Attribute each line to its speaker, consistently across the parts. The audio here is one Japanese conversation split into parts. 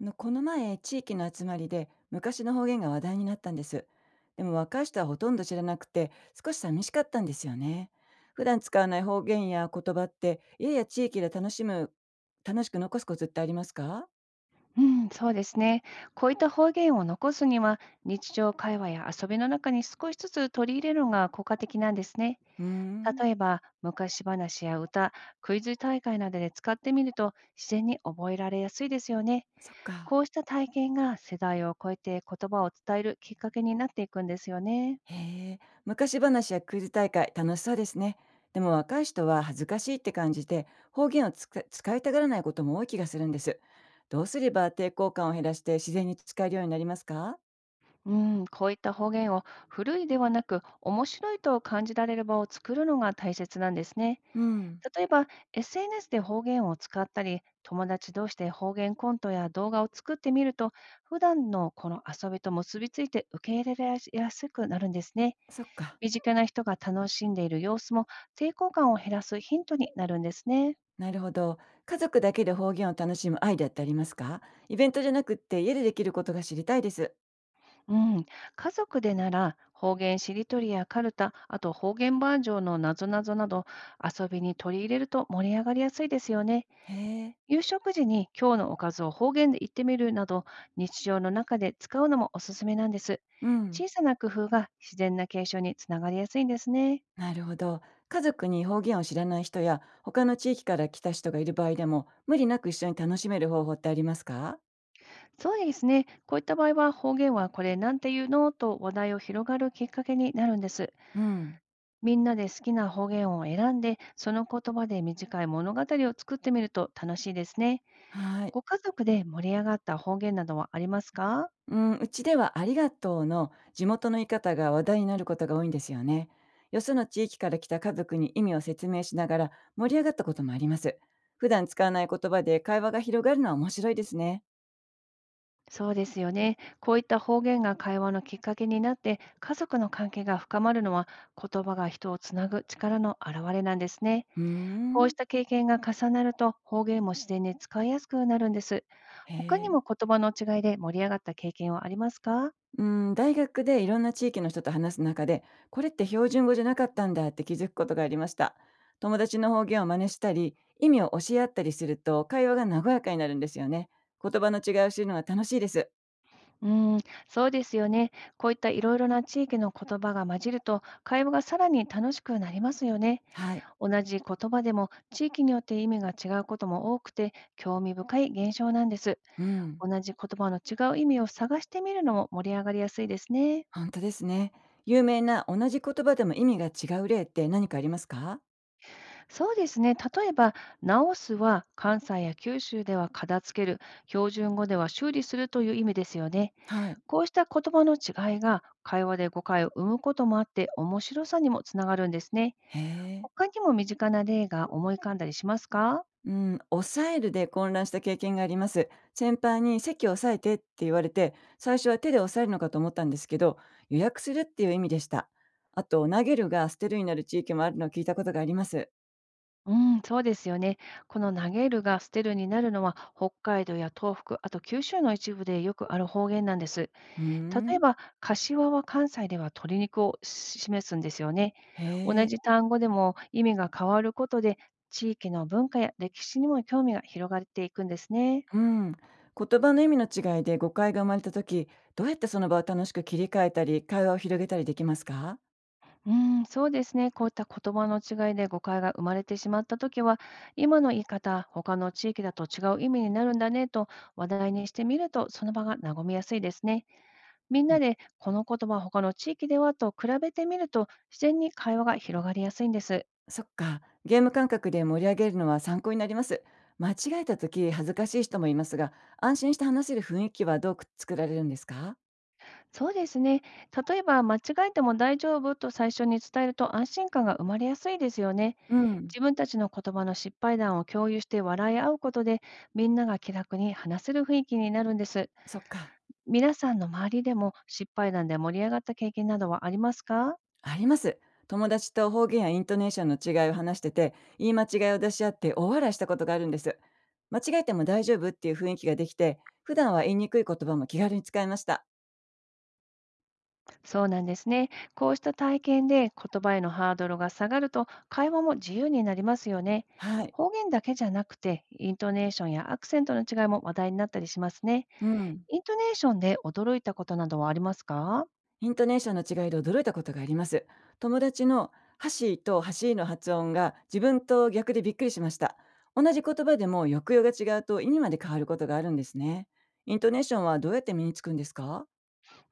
Speaker 1: この前、地域の集まりで昔の方言が話題になったんです。でも若い人はほとんど知らなくて、少し寂しかったんですよね。普段使わない方言や言葉って、家や地域で楽しむ、楽しく残すコツってありますか？
Speaker 2: うん、そうですね。こういった方言を残すには、日常会話や遊びの中に少しずつ取り入れるのが効果的なんですね。
Speaker 1: うーん。
Speaker 2: 例えば、昔話や歌、クイズ大会などで使ってみると、自然に覚えられやすいですよね。
Speaker 1: そっ
Speaker 2: こ
Speaker 1: か。
Speaker 2: うした体験が世代を超えて言葉を伝えるきっかけになっていくんですよね。
Speaker 1: へえ、昔話やクイズ大会、楽しそうですね。でも若い人は恥ずかしいって感じて、方言を使いたがらないことも多い気がするんです。どうすれば抵抗感を減らして自然に使えるようになりますか？
Speaker 2: うん、こういった方言を古いではなく面白いと感じられる場を作るのが大切なんですね。
Speaker 1: うん。
Speaker 2: 例えば、SNS で方言を使ったり、友達同士で方言コントや動画を作ってみると、普段のこの遊びと結びついて受け入れやすくなるんですね。
Speaker 1: そっか。
Speaker 2: 身近な人が楽しんでいる様子も抵抗感を減らすヒントになるんですね。
Speaker 1: なるほど。家族だけで方言を楽しむアイデアってありますか？イベントじゃなくって家でできることが知りたいです。
Speaker 2: うん、家族でなら方言しりとりやカルタ、あと方言バージョンのなぞなぞなど遊びに取り入れると盛り上がりやすいですよね。
Speaker 1: へえ。
Speaker 2: 夕食時に今日のおかずを方言で言ってみるなど、日常の中で使うのもおすすめなんです。
Speaker 1: うん。
Speaker 2: 小さな工夫が自然な継承につながりやすいんですね。
Speaker 1: なるほど。家族に方言を知らない人や他の地域から来た人がいる場合でも無理なく一緒に楽しめる方法ってありますか？
Speaker 2: そうですね。こういった場合は方言はこれなんていうのと話題を広がるきっかけになるんです。
Speaker 1: うん。
Speaker 2: みんなで好きな方言を選んで、その言葉で短い物語を作ってみると楽しいですね。
Speaker 1: はい。
Speaker 2: ご家族で盛り上がった方言などはありますか？
Speaker 1: うん、うちではありがとうの地元の言い方が話題になることが多いんですよね。よその地域から来た家族に意味を説明しながら盛り上がったこともあります。普段使わない言葉で会話が広がるのは面白いですね。
Speaker 2: そうですよね。こういった方言が会話のきっかけになって、家族の関係が深まるのは、言葉が人をつなぐ力の表れなんですね。
Speaker 1: うー
Speaker 2: こうし
Speaker 1: ん。
Speaker 2: た経験が重なると、方言も自然に使いやすくなるんです。
Speaker 1: へ
Speaker 2: 他に
Speaker 1: え。
Speaker 2: も言葉の違いで盛り上がった経験はありますか？
Speaker 1: うん、大学でいろんな地域の人と話す中で、これって標準語じゃなかったんだって気づくことがありました。友達の方言を真似したり、意味を教え合ったりすると会話が和やかになるんですよね。言葉の違いを知るのが楽しいです。
Speaker 2: うん、そうですよね。こういったいろいろな地域の言葉が混じると、会話がさらに楽しくなりますよね。
Speaker 1: はい。
Speaker 2: 同じ言葉でも、地域によって意味が違うことも多くて、興味深い現象なんです。
Speaker 1: うん。
Speaker 2: 同じ言葉の違う意味を探してみるのも盛り上がりやすいですね。
Speaker 1: 本当ですね。有名な同じ言葉でも意味が違う例って何かありますか？
Speaker 2: そうですね。例えば、直すは関西や九州では片付ける、標準語では修理するという意味ですよね。
Speaker 1: はい。
Speaker 2: こうした言葉の違いが会話で誤解を生むこともあって面白さにもつながるんですね。
Speaker 1: へえ。
Speaker 2: 他にも身近な例が思い浮かんだりしますか？
Speaker 1: うん、抑えるで混乱した経験があります。先輩に席を押さえてって言われて、最初は手で押さえるのかと思ったんですけど、予約するっていう意味でした。あと投げるが捨てるになる地域もあるのを聞いたことがあります。
Speaker 2: うん、そうですよね。この投げるが捨てるになるのは北海道や東北、あと九州の一部でよくある方言なんです。
Speaker 1: うー
Speaker 2: 例え
Speaker 1: ん。
Speaker 2: ば、柏は関西では鶏肉をし示すんですよね。同
Speaker 1: へえ。
Speaker 2: じ単語でも意味が変わることで、地域の文化や歴史にも興味が広がっていくんですね。
Speaker 1: うん。言葉の意味の違いで誤解が生まれた時、どうやってその場を楽しく切り替えたり、会話を広げたりできますか？
Speaker 2: うん、そうですね。こういった言葉の違いで誤解が生まれてしまったときは、今の言い方、他の地域だと違う意味になるんだねと話題にしてみると、その場が和みやすいですね。みんなで、この言葉、他の地域ではと比べてみると、自然に会話が広がりやすいんです。
Speaker 1: そっか。ゲーム感覚で盛り上げるのは参考になります。間違えた時恥ずかしい人もいますが、安心して話せる雰囲気はどう作られるんですか？
Speaker 2: そうですね。例えば、間違えても大丈夫と最初に伝えると安心感が生まれやすいですよね。
Speaker 1: うん。
Speaker 2: 自分たちの言葉の失敗談を共有して笑い合うことで、みんなが気楽に話せる雰囲気になるんです。
Speaker 1: そっか。
Speaker 2: 皆さんの周りでも失敗談で盛り上がった経験などはありますか？
Speaker 1: あります。友達と方言やイントネーションの違いを話してて、言い間違いを出し合って大笑いしたことがあるんです。間違えても大丈夫っていう雰囲気ができて、普段は言いにくい言葉も気軽に使いました。
Speaker 2: そうなんですね。こうした体験で言葉へのハードルが下がると、会話も自由になりますよね。
Speaker 1: はい。
Speaker 2: 方言だけじゃなくて、イントネーションやアクセントの違いも話題になったりしますね。
Speaker 1: うん。
Speaker 2: イントネーションで驚いたことなどはありますか？
Speaker 1: イントネーションの違いで驚いたことがあります。友達のハシーとハシーの発音が自分と逆でびっくりしました。同じ言葉でも抑揚が違うと意味まで変わることがあるんですね。イントネーションはどうやって身につくんですか？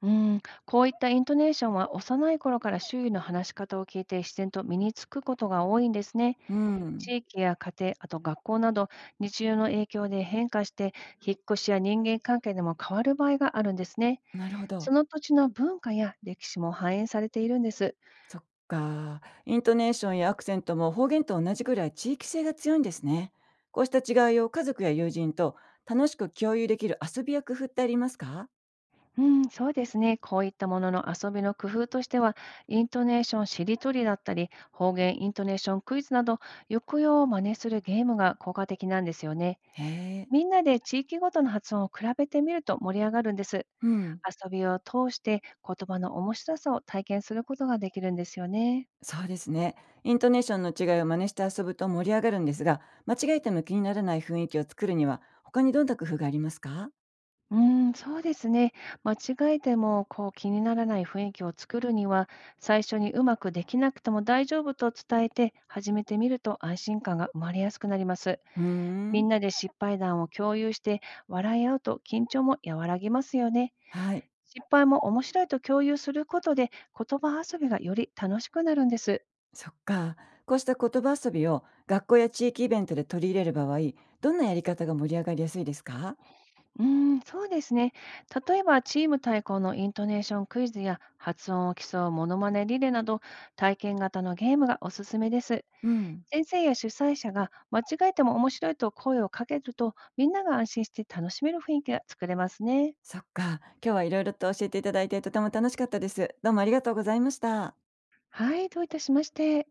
Speaker 2: うん、こういったイントネーションは幼い頃から周囲の話し方を聞いて自然と身につくことが多いんですね。
Speaker 1: うん、
Speaker 2: 地域や家庭、あと学校など日常の影響で変化して、引っ越しや人間関係でも変わる場合があるんですね。
Speaker 1: なるほ
Speaker 2: そ
Speaker 1: ど。
Speaker 2: の土地の文化や歴史も反映されているんです。
Speaker 1: そっか。イントネーションやアクセントも方言と同じくらい地域性が強いんですね。こうした違いを家族や友人と楽しく共有できる遊びや工夫ってありますか？
Speaker 2: うん、そうですね。こういったものの遊びの工夫としては、イントネーションしりとりだったり、方言イントネーションクイズなど、抑揚を真似するゲームが効果的なんですよね。
Speaker 1: へえ。
Speaker 2: みんなで地域ごとの発音を比べてみると盛り上がるんです。
Speaker 1: うん。
Speaker 2: 遊びを通して言葉の面白さを体験することができるんですよね。
Speaker 1: そうですね。イントネーションの違いを真似して遊ぶと盛り上がるんですが、間違えても気にならない雰囲気を作るには、他にどんな工夫がありますか？
Speaker 2: うーん、そうですね。間違えてもこう気にならない雰囲気を作るには、最初にうまくできなくても大丈夫と伝えて始めてみると安心感が生まれやすくなります。
Speaker 1: うー
Speaker 2: み
Speaker 1: ん。
Speaker 2: んなで失敗談を共有して笑い合うと緊張も和らぎますよね。
Speaker 1: はい。
Speaker 2: 失敗も面白いと共有することで言葉遊びがより楽しくなるんです。
Speaker 1: そっか。こうした言葉遊びを学校や地域イベントで取り入れる場合、どんなやり方が盛り上がりやすいですか？
Speaker 2: うーん、そうですね。例えば、チーム対抗のイントネーションクイズや発音を競うモノマネリレーなど、体験型のゲームがおすすめです。
Speaker 1: うん。
Speaker 2: 先生や主催者が間違えても面白いと声をかけると、みんなが安心して楽しめる雰囲気が作れますね。
Speaker 1: そっか。今日はいろいろと教えていただいてとても楽しかったです。どうもありがとうございました。
Speaker 2: はい、どういたしまして。